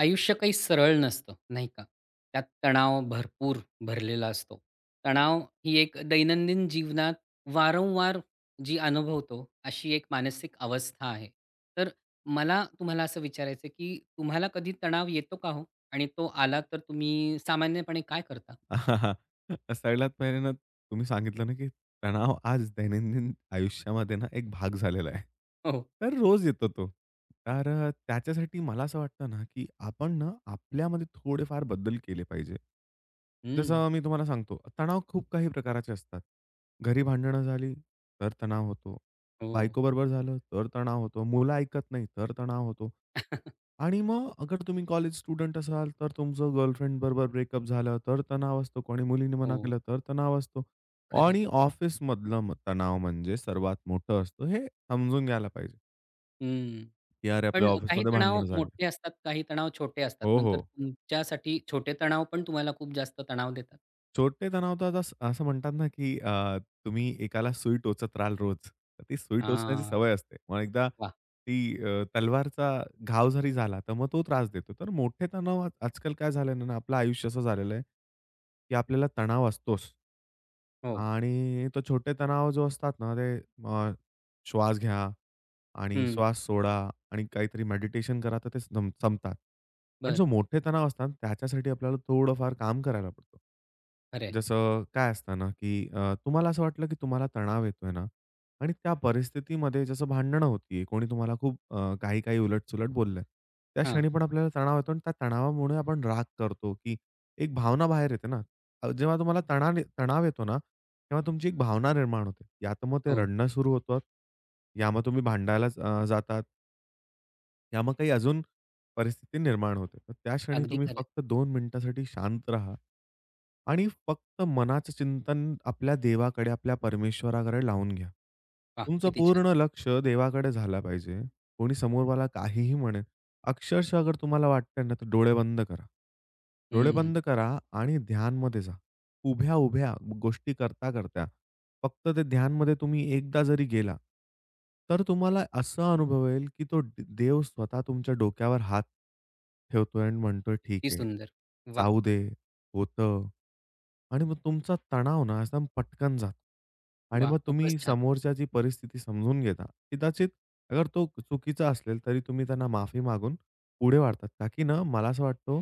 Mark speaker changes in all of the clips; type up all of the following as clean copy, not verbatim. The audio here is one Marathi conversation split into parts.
Speaker 1: आयुष्य काही सरळ नसतं, नाही का? त्यात तणाव भरपूर भरलेला असतो. तणाव ही एक दैनंदिन जीवनात वारंवार जी अनुभवतो, अशी एक मानसिक अवस्था आहे. तर मला तुम्हाला असं विचारायचं आहे, की तुम्हाला कधी तणाव येतो का हो? आणि तो आला तर तुम्ही सामान्यपणे काय करता?
Speaker 2: सगळ्यात पहिले ना तुम्ही सांगितलं ना, की तणाव आज दैनंदिन आयुष्यामध्ये ना एक भाग झालेला आहे.
Speaker 1: हो.
Speaker 2: तर रोज येतो तो. तर त्याच्यासाठी मला असं वाटतं ना, की आपण ना आपल्यामध्ये थोडेफार बदल केले पाहिजे.
Speaker 1: हं.
Speaker 2: जसं मी तुम्हाला सांगतो, तणाव खूप काही प्रकारचे असतात. घरी भांडणं झाली, तर तणाव होतो.
Speaker 1: हो.
Speaker 2: बायकोबरोबर झालं तर तणाव होतो. मुलं ऐकत नाही तर तणाव होतो. आणि मग अगर तुम्ही कॉलेज स्टुडंट असाल, तर तुमचं गर्लफ्रेंडबरोबर ब्रेकअप झालं तर तणाव असतो. कोणी मुलीने
Speaker 1: हो.
Speaker 2: मना केलं तर तणाव असतो.
Speaker 1: खरं आहे.
Speaker 2: आणि ऑफिसमधलं तणाव म्हणजे सर्वात मोठं असतं. हे समजून घ्यायला पाहिजे, की अरे
Speaker 1: पण
Speaker 2: आपल्या
Speaker 1: काही
Speaker 2: ऑफिसमध्ये
Speaker 1: तणाव
Speaker 2: भांडणं झाली.
Speaker 1: मोठे असतात, काही तणाव छोटे असतात
Speaker 2: हो,
Speaker 1: ना, तर
Speaker 2: हो.
Speaker 1: तुमच्यासाठी छोटे तणाव पण तुम्हाला खूप जास्त तणाव देतात?
Speaker 2: छोटे तणाव तर आता असं म्हणतात ना, की तुम्ही एकाला सुई टोचत राहाल रोज. तर ती सुई टोचण्याची
Speaker 1: हां,
Speaker 2: सवय असते. मग एकदा
Speaker 1: वाह!
Speaker 2: ती तलवारचा घाव जरी झाला, तर मग तो त्रास देतो. तर मोठे तणाव आजकाल काय झालं ना, आपलं आयुष्य असं झालेलं आहे, की आपल्याला तणाव असतोच.
Speaker 1: हो.
Speaker 2: आणि तो छोटे तणाव जो असतात ना, ते अ, श्वास घ्या. आणि
Speaker 1: हं.
Speaker 2: श्वास सोडा आणि काहीतरी मेडिटेशन करा, तर ते संपतात. पण
Speaker 1: बरं.
Speaker 2: जो मोठे तणाव असतात, त्याच्यासाठी आपल्याला थोडंफार काम करायला पड़तो.
Speaker 1: खरं
Speaker 2: जसं काय असतं ना, की तुम्हाला असं वाटलं, की तुम्हाला तणाव येतोय ना आणि त्या परिस्थितीमध्ये जसं भांडणं होतीये, कोणी तुम्हाला खूप काही-काही उलट बोललंय. त्या
Speaker 1: हां.
Speaker 2: क्षणी पण आपल्याला तणाव येतो आणि त्या तणावामुळे आपण राग करतो, की एक भावना बाहेर येते ना. जेव्हा तुम्हाला तणाव तणाव येतो ना तेव्हा तुमची एक भावना निर्माण होते. या तर मग ते
Speaker 1: हो.
Speaker 2: रडणं सुरू होतात, या मग तुम्ही भांडायलाच जातात, या मग काही अजून परिस्थिती निर्माण होते. तर त्या क्षणी
Speaker 1: अगदी
Speaker 2: तुम्ही
Speaker 1: खरं आहे.
Speaker 2: फक्त 2 मिनिटासाठी शांत राहा आणि फक्त मनाचं चिंतन आपल्या देवाकडे, आपल्या परमेश्वराकडे लावून घ्या.
Speaker 1: वाह!
Speaker 2: तुमचं
Speaker 1: किती छान.
Speaker 2: पूर्ण लक्ष देवाकडे झालं पाहिजे. कोणी समोरवाला काहीही म्हणेल, अक्षरशः अगर तुम्हाला वाटतंय ना, तर डोळे बंद करा. डोळे
Speaker 1: हं.
Speaker 2: बंद करा आणि ध्यानमध्ये जा. उभ्या-उभ्या गोष्टी करता-करता फक्त ते ध्यानमध्ये तुम्ही एकदा जरी गेला, तर तुम्हाला असा अनुभव येईल, की तो देव स्वतः तुमच्या डोक्यावर हात ठेवतोय आणि म्हणतोय, "ठीक
Speaker 1: किती
Speaker 2: आहे,
Speaker 1: सुंदर. वाह!
Speaker 2: जाऊ दे, होतं." आणि मग तुमचा तणाव ना एकदम पटकन जातो. आणि
Speaker 1: वाह!
Speaker 2: मग
Speaker 1: खूपच
Speaker 2: तुम्ही
Speaker 1: छान.
Speaker 2: समोरच्याची परिस्थिती समजून घेता. कदाचित अगर तो चुकीचा असेल, तरी तुम्ही त्यांना माफी मागून पुढे वाढतात. का की ना मला असं वाटतो,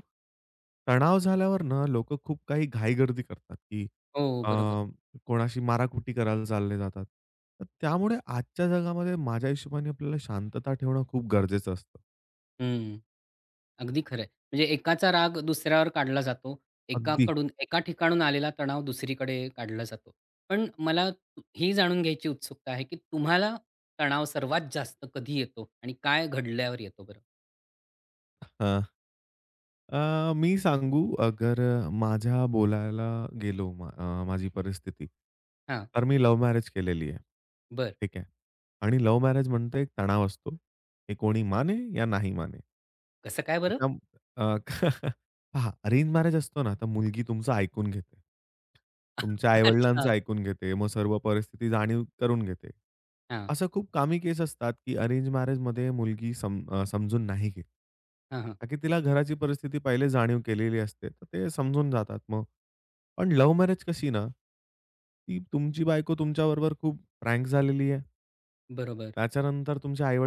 Speaker 2: तणाव झाल्यावर ना लोकं खूप काही घाईगर्दी करतात, की
Speaker 1: हो, हो. बरोबर.
Speaker 2: कोणाशी माराकुटी करायला चालले जातात. तर त्यामुळे आजच्या जगामध्ये माझ्या हिशोबाने आपल्याला शांतता ठेवणं खूप गरजेचं असतं.
Speaker 1: हं. अगदी खरं आहे. म्हणजे एकाचा राग दुसऱ्यावर काढला जातो.
Speaker 2: अगदी.
Speaker 1: एकाकडून एका ठिकाणून आलेला तणाव दुसरीकडे काढला जातो. पण मला ही जाणून घ्यायची उत्सुकता आहे, की तुम्हाला तणाव सर्वात जास्त कधी येतो आणि काय घडल्यावर येतो बरं?
Speaker 2: हां. मी सांगू अगर माझ्या बोलायला गेलो माझी परिस्थिती,
Speaker 1: हां.
Speaker 2: तर मी लव्ह मॅरेज केलेली आहे.
Speaker 1: बरं.
Speaker 2: ठीक आहे. आणि लव्ह मॅरेज म्हणजे एक तणाव असतो. हे कोणी माने या नाही माने.
Speaker 1: कसं काय बरं?
Speaker 2: त्याच्या अ, पहा अरेंज मॅरेज असतो ना, तर मुलगी तुमचं ऐकून घेते. तुमच्या आई-वडिलांचं
Speaker 1: अच्छा.
Speaker 2: ऐकून घेते. मग सर्व परिस्थिती जाणीव करून घेते.
Speaker 1: हां.
Speaker 2: असं खूप कामी केस असतात, की अरेंज मॅरेजमध्ये मुलगी समजून नाही घेत.
Speaker 1: हां, हां.
Speaker 2: का की तिला घराची परिस्थिती पहिले जाणीव केलेली असते. तर ते समजून जातात मग. पण लव्ह मॅरेज कशी ना, की तुमची बायको तुमच्याबरोबर खूप फ्रँक झालेली आहे.
Speaker 1: बरोबर.
Speaker 2: त्याच्यानंतर तुमच्या आई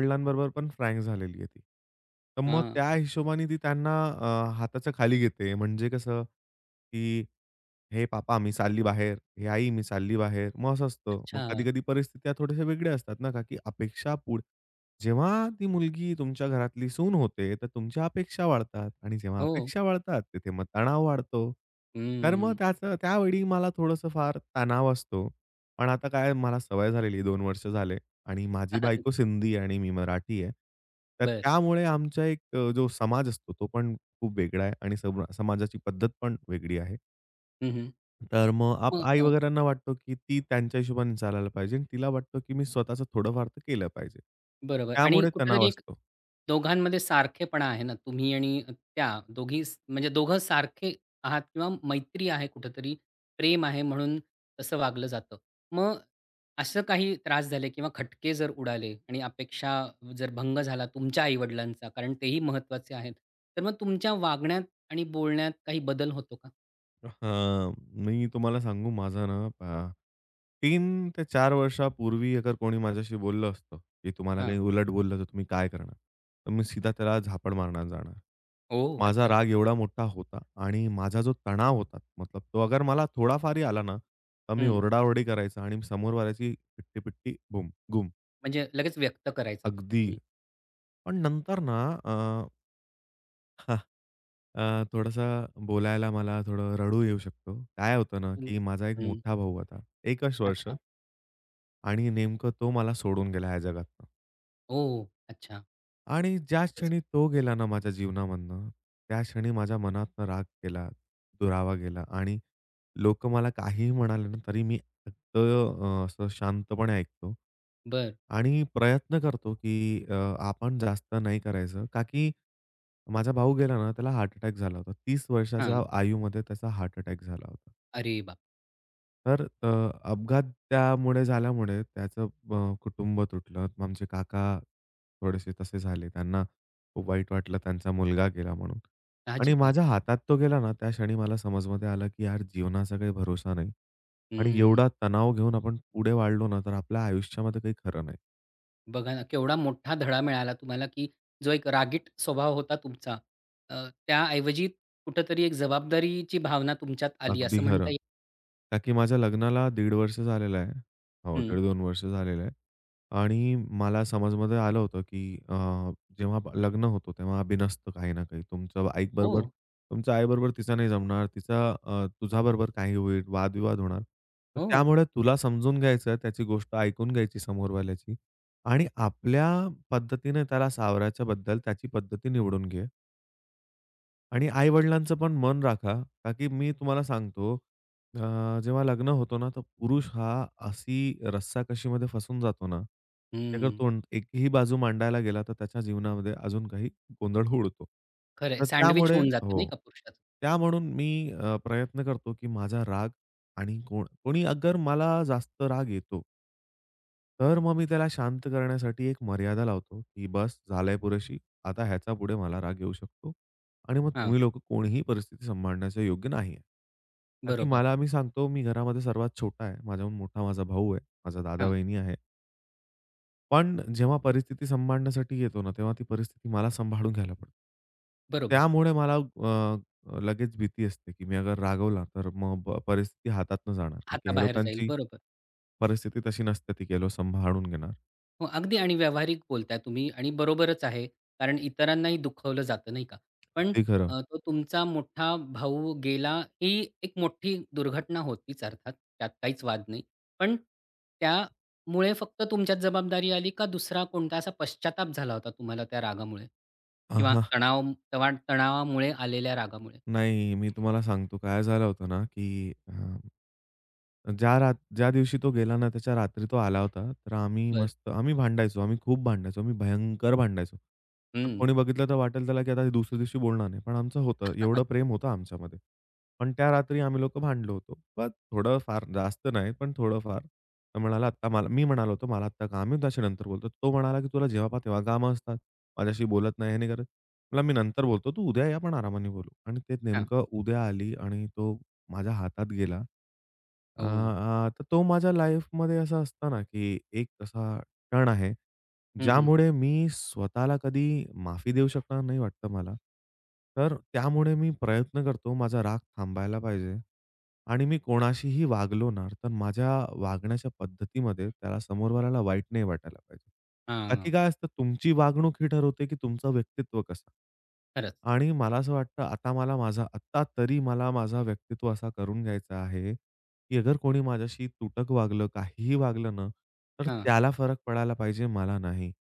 Speaker 2: पण फ्रँक झालेली आहे ती. तर मग
Speaker 1: हां.
Speaker 2: त्या हिशोबाने ती त्यांना हाताच्या खाली घेते. म्हणजे कसं, की "हे पापा मी चालली बाहेर, हे आई मी चालली बाहेर." मग असं असतं. मग
Speaker 1: अच्छा.
Speaker 2: कधी-कधी परिस्थित्या थोड्याशा वेगळ्या असतात ना, का की अपेक्षा पुढ जेव्हा ती मुलगी तुमच्या घरातली सून होते, तर तुमच्या अपेक्षा वाढतात आणि जेव्हा
Speaker 1: हो.
Speaker 2: अपेक्षा वाढतात, तिथे मग तणाव वाढतो. तर मग
Speaker 1: हम्म.
Speaker 2: त्याचं त्यावेळी मला थोडंसं फार तणाव असतो. पण आता काय मला सवय झालेली आहे 2 वर्ष झाले आणि माझी बायको सिंधी आहे आणि मी मराठी आहे. तर
Speaker 1: बरं.
Speaker 2: त्यामुळे आमचा एक जो समाज असतो, तो पण खूप वेगळा आहे आणि समाजाची पद्धत पण वेगळी आहे.
Speaker 1: हं, हं.
Speaker 2: तर मग
Speaker 1: मग
Speaker 2: आई वगैरेंना वाटतो, की ती त्यांच्या हिशोबाने चालायला पाहिजे आणि तिला वाटतो, की मी स्वतःचं थोडंफार तर केलं पाहिजे.
Speaker 1: बरोबर आणि
Speaker 2: त्यामुळे तणाव
Speaker 1: कुठेतरी एक
Speaker 2: असतो.
Speaker 1: दोघांमध्ये सारखेपणा आहे ना, तुम्ही आणि त्या म्हणजे दोघं सारखे आहात किंवा मैत्री आहे कुठेतरी, प्रेम आहे म्हणून तसं वागलं जातं. मग असं काही त्रास झाले किंवा खटके जर उडाले आणि अपेक्षा जर भंग झाला तुमच्या आई-वडिलांचा, कारण तेही महत्त्वाचे आहेत. तर मग तुमच्या वागण्यात आणि बोलण्यात काही बदल होतो का?
Speaker 2: हां, मी तुम्हाला सांगू माझा ना पहा 3 ते 4 वर्षापूर्वी अगर कोणी माझ्याशी बोललं असतं, की तुम्हाला
Speaker 1: हां.
Speaker 2: काही उलट बोललं तर तुम्ही काय करणार? तर मी सीधा त्याला झापड मारण्याला जाणार.
Speaker 1: ओह!
Speaker 2: माझा
Speaker 1: अच्छा.
Speaker 2: राग एवढा मोठा होता आणि माझा जो तणाव होता मतलब तो अगर मला थोडाफारही आला ना, तर मी
Speaker 1: हं.
Speaker 2: ओरडाओरडी करायचा आणि समोरवाल्याची पिट्टी-पिट्टी बूम, गुम.
Speaker 1: म्हणजे लगेच व्यक्त करायचा तो
Speaker 2: अगदी. पण नंतर ना अ, अ, थोडंसं बोलायला मला थोडं रडू येऊ शकतो. काय होतं ना,
Speaker 1: हं,
Speaker 2: की माझा एक
Speaker 1: हं.
Speaker 2: मोठा भाऊ होता. 1च वर्ष
Speaker 1: अच्छा.
Speaker 2: आणि नेमकं तो मला सोडून गेला ह्या जगातनं.
Speaker 1: ओह! अच्छा.
Speaker 2: आणि ज्या
Speaker 1: खूपच वाईट.
Speaker 2: क्षणी तो गेला ना माझ्या जीवनामधनं, त्या क्षणी माझ्या मनातनं राग गेला, दुरावा गेला आणि लोक मला काहीही म्हणाले ना, तरी मी फक्त असं शांतपणे ऐकतो
Speaker 1: बरं.
Speaker 2: आणि प्रयत्न करतो, की आपण जास्त नाही करायचं. का की माझा भाऊ गेला ना, त्याला हार्ट अटॅक झाला होता. 30
Speaker 1: हां.
Speaker 2: वर्षाच्या आयुमध्ये त्याचा हार्ट अटॅक झाला होता.
Speaker 1: अरे बाप!
Speaker 2: तर अपघात त्यामुळे झाल्यामुळे त्याचं कुटुंब तुटलं. आमचे काका थोडेसे तसे झाले. त्यांना खूप वाईट वाटलं त्यांचा मुलगा गेला म्हणून. आणि
Speaker 1: साहजिक आहे.
Speaker 2: माझ्या हातात तो गेला ना, त्या क्षणी मला समजमध्ये आलं, की यार जीवनाचा काही भरोसा नाही आणि
Speaker 1: हं.
Speaker 2: एवढा तणाव घेऊन आपण पुढे वाढलो ना, तर आपल्या आयुष्यामध्ये काही खरं नाही.
Speaker 1: बघा ना, केवढा मोठा धडा मिळाला तुम्हाला, की जो एक रागीट स्वभाव होता तुमचा, त्याऐवजी कुठेतरी एक जबाबदारीची भावना तुमच्यात आली
Speaker 2: अगदी
Speaker 1: असं म्हणता
Speaker 2: खरं.
Speaker 1: येईल.
Speaker 2: का की माझ्या लग्नाला दीड वर्ष झालेलं आहे. हो,
Speaker 1: हं.
Speaker 2: दीड-दोन वर्ष झालेलं आहे. आणि मला समजमध्ये आलं होतं, की जेव्हा लग्न होतो तेव्हा बिनसतं काही ना काही. तुमचं
Speaker 1: हो,
Speaker 2: आईबरोबर तुमच्या आईबरोबर तिचं नाही जमणार. तिचा तुझ्याबरोबर काही होईल, वादविवाद होणार. तर
Speaker 1: हो.
Speaker 2: त्यामुळे तुला समजून घ्यायचं, त्याची गोष्ट ऐकून घ्यायची समोरवाल्याची आणि आपल्या पद्धतीने त्याला सावरायच्याबद्दल त्याची पद्धती निवडून घे. आणि आई-वडिलांचं पण मन राखा, का की मी तुम्हाला सांगतो, जेव्हा लग्न होतो ना, तर पुरुष हा अशी रस्साकशीमध्ये फसून जातो ना, की अगर
Speaker 1: हं.
Speaker 2: तो एकही बाजू मांडायला गेला, तर त्याच्या जीवनामध्ये अजून काही गोंधळ उडतो.
Speaker 1: खरं आहे.
Speaker 2: तर
Speaker 1: सँडविच
Speaker 2: त्यामुळे
Speaker 1: होऊन जातं नाही
Speaker 2: हो.
Speaker 1: का पुरुषाचं.
Speaker 2: त्या म्हणून मी प्रयत्न करतो, की माझा राग आणि कोणी अगर मला जास्त राग येतो तर मग मी त्याला शांत करण्यासाठी एक मर्यादा लावतो, की बस झालंय पुरेशी. आता ह्याच्यापुढे मला राग येऊ शकतो. आणि मग
Speaker 1: हां.
Speaker 2: तुम्ही लोकं कोणीही परिस्थिती सांभाळण्याच्या योग्य नाही आहे. का की
Speaker 1: बरोबर.
Speaker 2: मी सांगतो मी घरामध्ये सर्वात छोटा आहे. माझ्याहून मोठा माझा भाऊ आहे. माझा
Speaker 1: हां.
Speaker 2: दादा-वहिनी आहे. पण जेव्हा परिस्थिती सांभाळण्यासाठी येतो ना, तेव्हा ती परिस्थिती मला सांभाळून घ्यायला पडते.
Speaker 1: बरोबर.
Speaker 2: त्यामुळे मला लगेच भीती असते, की मी अगर रागवला तर मग परिस्थिती हातातनं जाणार. की हे
Speaker 1: हाताबाहेर जाईल.
Speaker 2: लोकांची
Speaker 1: बरोबर.
Speaker 2: परिस्थिती तशी नसते, ती लोक सांभाळून घेणार.
Speaker 1: हो, अगदी आणि व्यावहारिक बोलताय तुम्ही आणि बरोबरच आहे. कारण इतरांनाही दुखावलं जातं नाही का? पण
Speaker 2: अगदी खरं.
Speaker 1: तो तुमचा मोठा भाऊ गेला ही एक मोठी दुर्घटना होतीच अर्थात, त्यात काहीच वाद नाही. पण त्यामुळे फक्त तुमच्याच जबाबदारी आली का दुसरा कोणता असा पश्चाताप झाला होता तुम्हाला त्या रागामुळे?
Speaker 2: हां,
Speaker 1: किंवा
Speaker 2: हां.
Speaker 1: तणाव तणावामुळे आलेल्या रागामुळे?
Speaker 2: नाही, मी तुम्हाला सांगतो काय झालं होतं ना, की ज्या दिवशी तो गेला ना, त्याच्या रात्री तो आला होता. तर
Speaker 1: बरं.
Speaker 2: आम्ही भांडायचो. आम्ही खूप भांडायचो. आम्ही भयंकर भांडायचो. मतलब
Speaker 1: हं.
Speaker 2: कोणी बघितलं तर वाटेल त्याला, की आता हे दुसऱ्या दिवशी बोलणार नाही. पण आमचं होतं, एवढं प्रेम होतं आमच्यामध्ये. पण त्या रात्री आम्ही लोकं भांडलो होतो. पण थोडं फार, जास्त नाही, पण थोडंफार. तर म्हणाला, "आत्ता मला" मी म्हणालो होतो, "मला आत्ता काम आहे, मी नंतर बोलतो." तो म्हणाला, "की तुला जेव्हा पाहा तेव्हा कामं असतात. माझ्याशी बोलत नाही, हे नाही करत." म्हटलं, "मी नंतर बोलतो. तू उद्या ये, आपण आरामाने बोलू." आणि ते
Speaker 1: हां.
Speaker 2: नेमकं उद्या आली आणि तो माझ्या हातात गेला. अ,
Speaker 1: हो.
Speaker 2: अ, तर तो माझ्या लाईफमध्ये असा असतो ना, की एक असा टर्न आहे,
Speaker 1: हं, हं.
Speaker 2: ज्यामुळे मी स्वतःला कधी माफी देऊ शकणार नाही वाटतं मला. तर त्यामुळे मी प्रयत्न करतो माझा राग थांबायला पाहिजे आणि मी कोणाशीही वागलो ना, तर माझ्या वागण्याच्या पद्धतीमध्ये त्याला समोरवाल्याला वाईट नाही वाटायला पाहिजे. बाकी
Speaker 1: हां.
Speaker 2: काय असतं तुमची वागणूक ही ठरवते, की तुमचं व्यक्तित्व कसं.
Speaker 1: खरंच.
Speaker 2: आणि मला असं वाटतं आता मला माझा आत्ता तरी मला माझा व्यक्तित्व असा करून घ्यायचा आहे, की अगर कोणी माझ्याशी तुटक वागलं, काहीही वागलं ना, तर
Speaker 1: हां.
Speaker 2: त्याला फरक पडायला पाहिजे, मला नाही.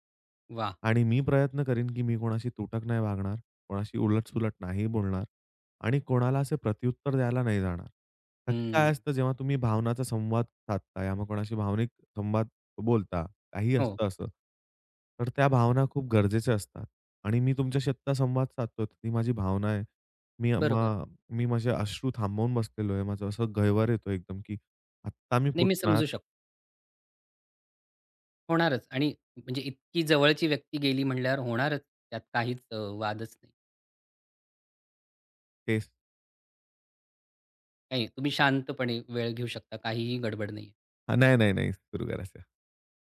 Speaker 1: वाह!
Speaker 2: आणि मी प्रयत्न करीन, की मी कोणाशी तुटक नाही वागणार, कोणाशी उलट-सुलट नाही बोलणार आणि कोणाला असे प्रत्युत्तर द्यायला नाही जाणार. का की
Speaker 1: हं.
Speaker 2: काय असतं, जेव्हा तुम्ही भावनाचा संवाद साधता या मग कोणाशी भावनिक संवाद बोलता, काही
Speaker 1: हो.
Speaker 2: असतं असं, तर त्या भावना खूप गरजेच्या असतात आणि मी तुमच्याशी आत्ता संवाद साधतोय, ती माझी भावना आहे. मी अ,
Speaker 1: बरोबर.
Speaker 2: मी माझे अश्रू थांबवून बसलेलो आहे. माझं असं गैवार येतो एकदम, की आत्ता मी
Speaker 1: नाही मी
Speaker 2: फुटणार.
Speaker 1: समजू शकतो. होणारच आणि म्हणजे इतकी जवळची व्यक्ती गेली म्हटल्यावर होणारच. त्यात काहीच वादच नाही.
Speaker 2: तेच
Speaker 1: नाही, तुम्ही शांतपणे वेळ घेऊ शकता. काहीही गडबड नाहीये.
Speaker 2: हां, नाही सुरू करायचं.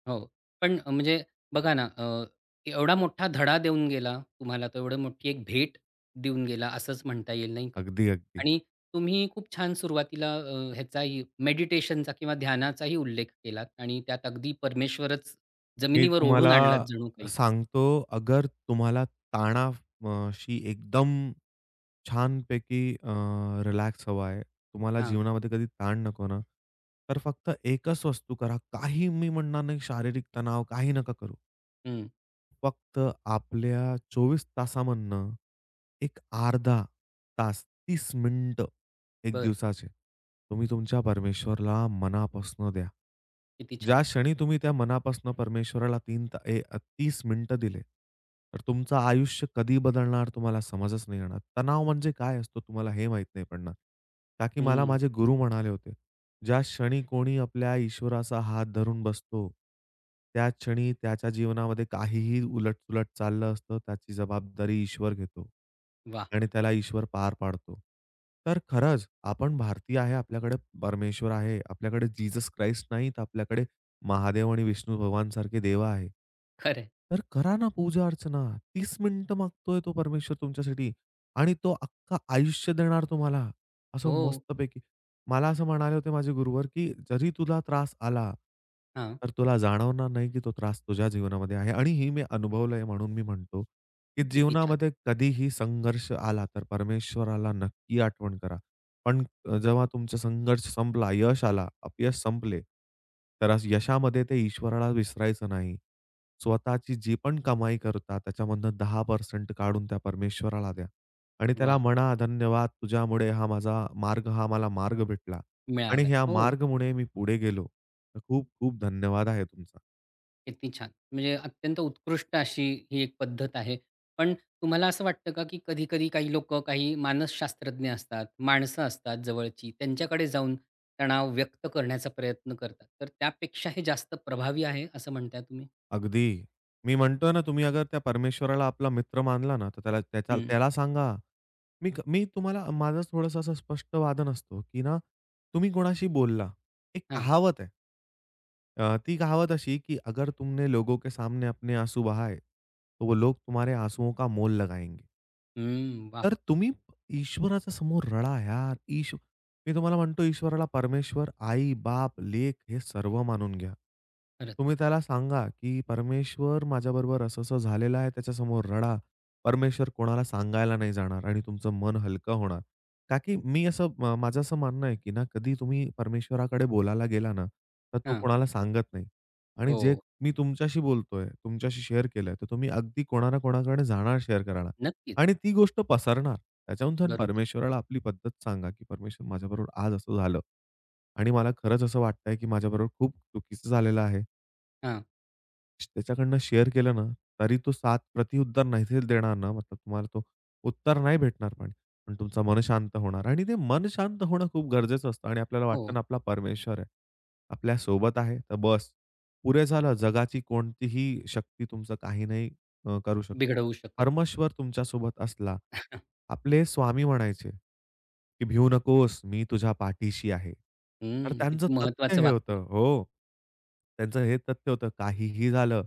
Speaker 1: हो. पण म्हणजे बघा ना, एवढा मोठा धडा देऊन गेला तुम्हाला, तर एवढी मोठी एक भेट देऊन गेला असंच म्हणता येईल, नाही का?
Speaker 2: अगदी, अगदी.
Speaker 1: आणि तुम्ही खूप छान सुरुवातीला ह्याचाही मेडिटेशनचा किंवा ध्यानाचाही उल्लेख केलात आणि त्यात अगदी परमेश्वरच
Speaker 2: मी
Speaker 1: जमिनीवर ओढून
Speaker 2: तुम्हाला
Speaker 1: आणलात जणू काही.
Speaker 2: सांगतो अगर तुम्हाला ताणाव ...शी एकदम छानपैकी रिलॅक्स हवा आहे. तुम्हाला
Speaker 1: हां.
Speaker 2: जीवनामध्ये कधी ताण नको ना, तर फक्त एकच वस्तू करा. काही मी म्हणणार नाही शारीरिक तणाव काही नका करू.
Speaker 1: हं.
Speaker 2: फक्त आपल्या 24 तासामधनं एक अर्धा तास 30 मिनिटं एक
Speaker 1: बरं.
Speaker 2: दिवसाचे तुम्ही तुमच्या परमेश्वरला मनापासून द्या.
Speaker 1: किती छान.
Speaker 2: ज्या क्षणी तुम्ही त्या मनापासून परमेश्वराला 30 मिनिटं दिले, तर तुमचं आयुष्य कधी बदलणार तुम्हाला समजच नाही येणार. तणाव म्हणजे काय असतो तुम्हाला हे माहीत नाही पडणार. का की मला
Speaker 1: हं.
Speaker 2: माझे गुरु म्हणाले होते, ज्या क्षणी कोणी आपल्या ईश्वराचा हात धरून बसतो, त्या क्षणी त्याच्या जीवनामध्ये काहीही उलट-सुलट चाललं असतं, त्याची जबाबदारी ईश्वर घेतो
Speaker 1: वाह!
Speaker 2: आणि त्याला ईश्वर पार पाडतो. तर खरंच आपण भारतीय आहे, आपल्याकडे परमेश्वर आहे, आपल्याकडे जीसस क्राइस्ट नाही, तर आपल्याकडे महादेव आणि विष्णू भगवानसारखे देव आहे.
Speaker 1: खरं
Speaker 2: तर करा ना पूजा-अर्चना. 30 मिनिटं मागतोय तो परमेश्वर तुमच्यासाठी आणि तो अख्खं आयुष्य देणार तुम्हाला, असं
Speaker 1: हो.
Speaker 2: मस्तपैकी. मला असं म्हणाले होते माझे गुरुवर, की जरी तुला त्रास आला,
Speaker 1: हां.
Speaker 2: तर तुला जाणवणार नाही, की तो त्रास तुझ्या जीवनामध्ये आहे आणि हे मी अनुभवलंय म्हणून मी म्हणतो, की
Speaker 1: किती छान.
Speaker 2: जीवनामध्ये कधीही संघर्ष आला, तर परमेश्वराला नक्की आठवण करा. पण जेव्हा तुमचा संघर्ष संपला, यश आला, अपयश संपले, तर यशामध्ये ते ईश्वराला विसरायचं नाही. स्वतःची जी पण कमाई करता, त्याच्यामधनं 10% काढून त्या परमेश्वराला द्या. आणि त्याला
Speaker 1: वाह!
Speaker 2: म्हणा, "धन्यवाद तुझ्यामुळे हा मला मार्ग भेटला आणि
Speaker 1: मिळालंय.
Speaker 2: ह्या
Speaker 1: हो,
Speaker 2: मार्गमुळे मी पुढे गेलो. तर खूप-खूप धन्यवाद आहे तुमचा."
Speaker 1: किती छान. म्हणजे अत्यंत उत्कृष्ट अशी ही एक पद्धत आहे. पण तुम्हाला असं वाटतं का, की कधी-कधी काही लोकं, काही मानसशास्त्रज्ञ असतात, माणसं असतात जवळची, त्यांच्याकडे जाऊन तणाव व्यक्त करण्याचा प्रयत्न करतात. तर त्यापेक्षा हे जास्त प्रभावी आहे असं म्हणताय तुम्ही?
Speaker 2: अगदी. मी म्हणतोय ना, तुम्ही अगर त्या परमेश्वराला आपला मित्र मानला ना, तर
Speaker 1: हं.
Speaker 2: त्याला सांगा. मी तुम्हाला माझं थोडंसं असं स्पष्ट वादन असतो, की ना तुम्ही कोणाशी बोलला. एक
Speaker 1: हां.
Speaker 2: कहावत आहे. ती कहावत अशी की अगर तुमने लोगों के सामने अपने आँसू बहाए, तो वो लोग तुम्हारे आँसुओं का मोल लगाएंगे.
Speaker 1: हं. वाह!
Speaker 2: तर तुम्ही ईश्वराच्या समोर रडा यार. मी तुम्हाला म्हणतो ईश्वराला परमेश्वर, आई, बाप, लेक हे सर्व मानून घ्या.
Speaker 1: खरंच.
Speaker 2: तुम्ही त्याला सांगा, की "परमेश्वर माझ्याबरोबर असं-असं झालेलं आहे." त्याच्यासमोर रडा. परमेश्वर कोणाला सांगायला नाही जाणार आणि तुमचं मन हलकं होणार. का की मी असं म माझं असं मानणं आहे, की ना कधी तुम्ही परमेश्वराकडे बोलायला गेला ना, तर तो
Speaker 1: हां.
Speaker 2: कोणाला सांगत नाही. आणि
Speaker 1: हो.
Speaker 2: जे मी तुमच्याशी बोलतोय, तुमच्याशी शेअर केलंय, तर तुम्ही अगदी कोणा ना कोणाकडे जाणार शेअर करायला.
Speaker 1: नक्कीच.
Speaker 2: आणि ती गोष्ट पसरणार. त्याच्याहून छान
Speaker 1: बरोबर.
Speaker 2: परमेश्वराला आपली पद्धत सांगा, की "परमेश्वर माझ्याबरोबर आज असं झालं आणि मला खरंच असं वाटतंय, की माझ्याबरोबर खूप चुकीचं झालेलं आहे."
Speaker 1: हां.
Speaker 2: त्याच्याकडनं शेअर केलं ना, तरी तो 7 प्रतिउत्तर नाही देणार ना, मतलब तुम्हाला तो उत्तर नाही भेटणार पण. पण तुमचं मन शांत होणार आणि ते मन शांत होणं खूप गरजेचं असतं आणि आपल्याला वाटतं
Speaker 1: हो.
Speaker 2: ना, आपला परमेश्वर आहे. आपल्या सोबत आहे, तर बस पुरे झालं. जगाची कोणतीही शक्ती तुमचं काही नाही करू शकत.
Speaker 1: बिघडवू शकत.
Speaker 2: परमेश्वर तुमच्यासोबत असला, आपले स्वामी म्हणायचे, की "भिऊ नकोस, मी तुझ्या पाठीशी आहे." तर
Speaker 1: हं.
Speaker 2: त्यांचं
Speaker 1: किती
Speaker 2: तथ्य
Speaker 1: महत्वाचं
Speaker 2: हे
Speaker 1: वाक्य.
Speaker 2: होतं हो. त्यांचं हे तथ्य होतं, "काहीही झालं,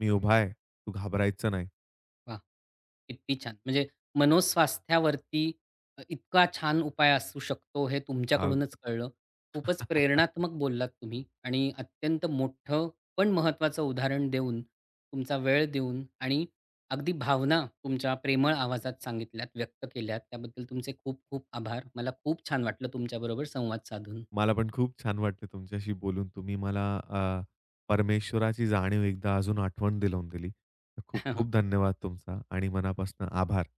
Speaker 2: मी उभा आहे. तू घाबरायचं नाही."
Speaker 1: वाह! किती छान! म्हणजे मनोस्वास्थ्यावरती इतका छान उपाय असू शकतो हे
Speaker 2: अग
Speaker 1: तुमच्याकडूनच कळलं. खूपच प्रेरणात्मक बोललात तुम्ही आणि अत्यंत मोठं पण महत्त्वाचं उदाहरण देऊन, तुमचा वेळ देऊन आणि अगदी भावना तुमच्या प्रेमळ आवाजात सांगितल्यात, व्यक्त केल्यात. त्याबद्दल तुमचे खूप खूप आभार. मला खूप छान वाटलं तुमच्याबरोबर संवाद साधून.
Speaker 2: मला पण खूप छान वाटलं तुमच्याशी बोलून. तुम्ही मला परमेश्वराची जाणीव एकदा अजून आठवण दिलवून दिली. तर खूप खूप धन्यवाद तुमचा आणि मनापासून आभार.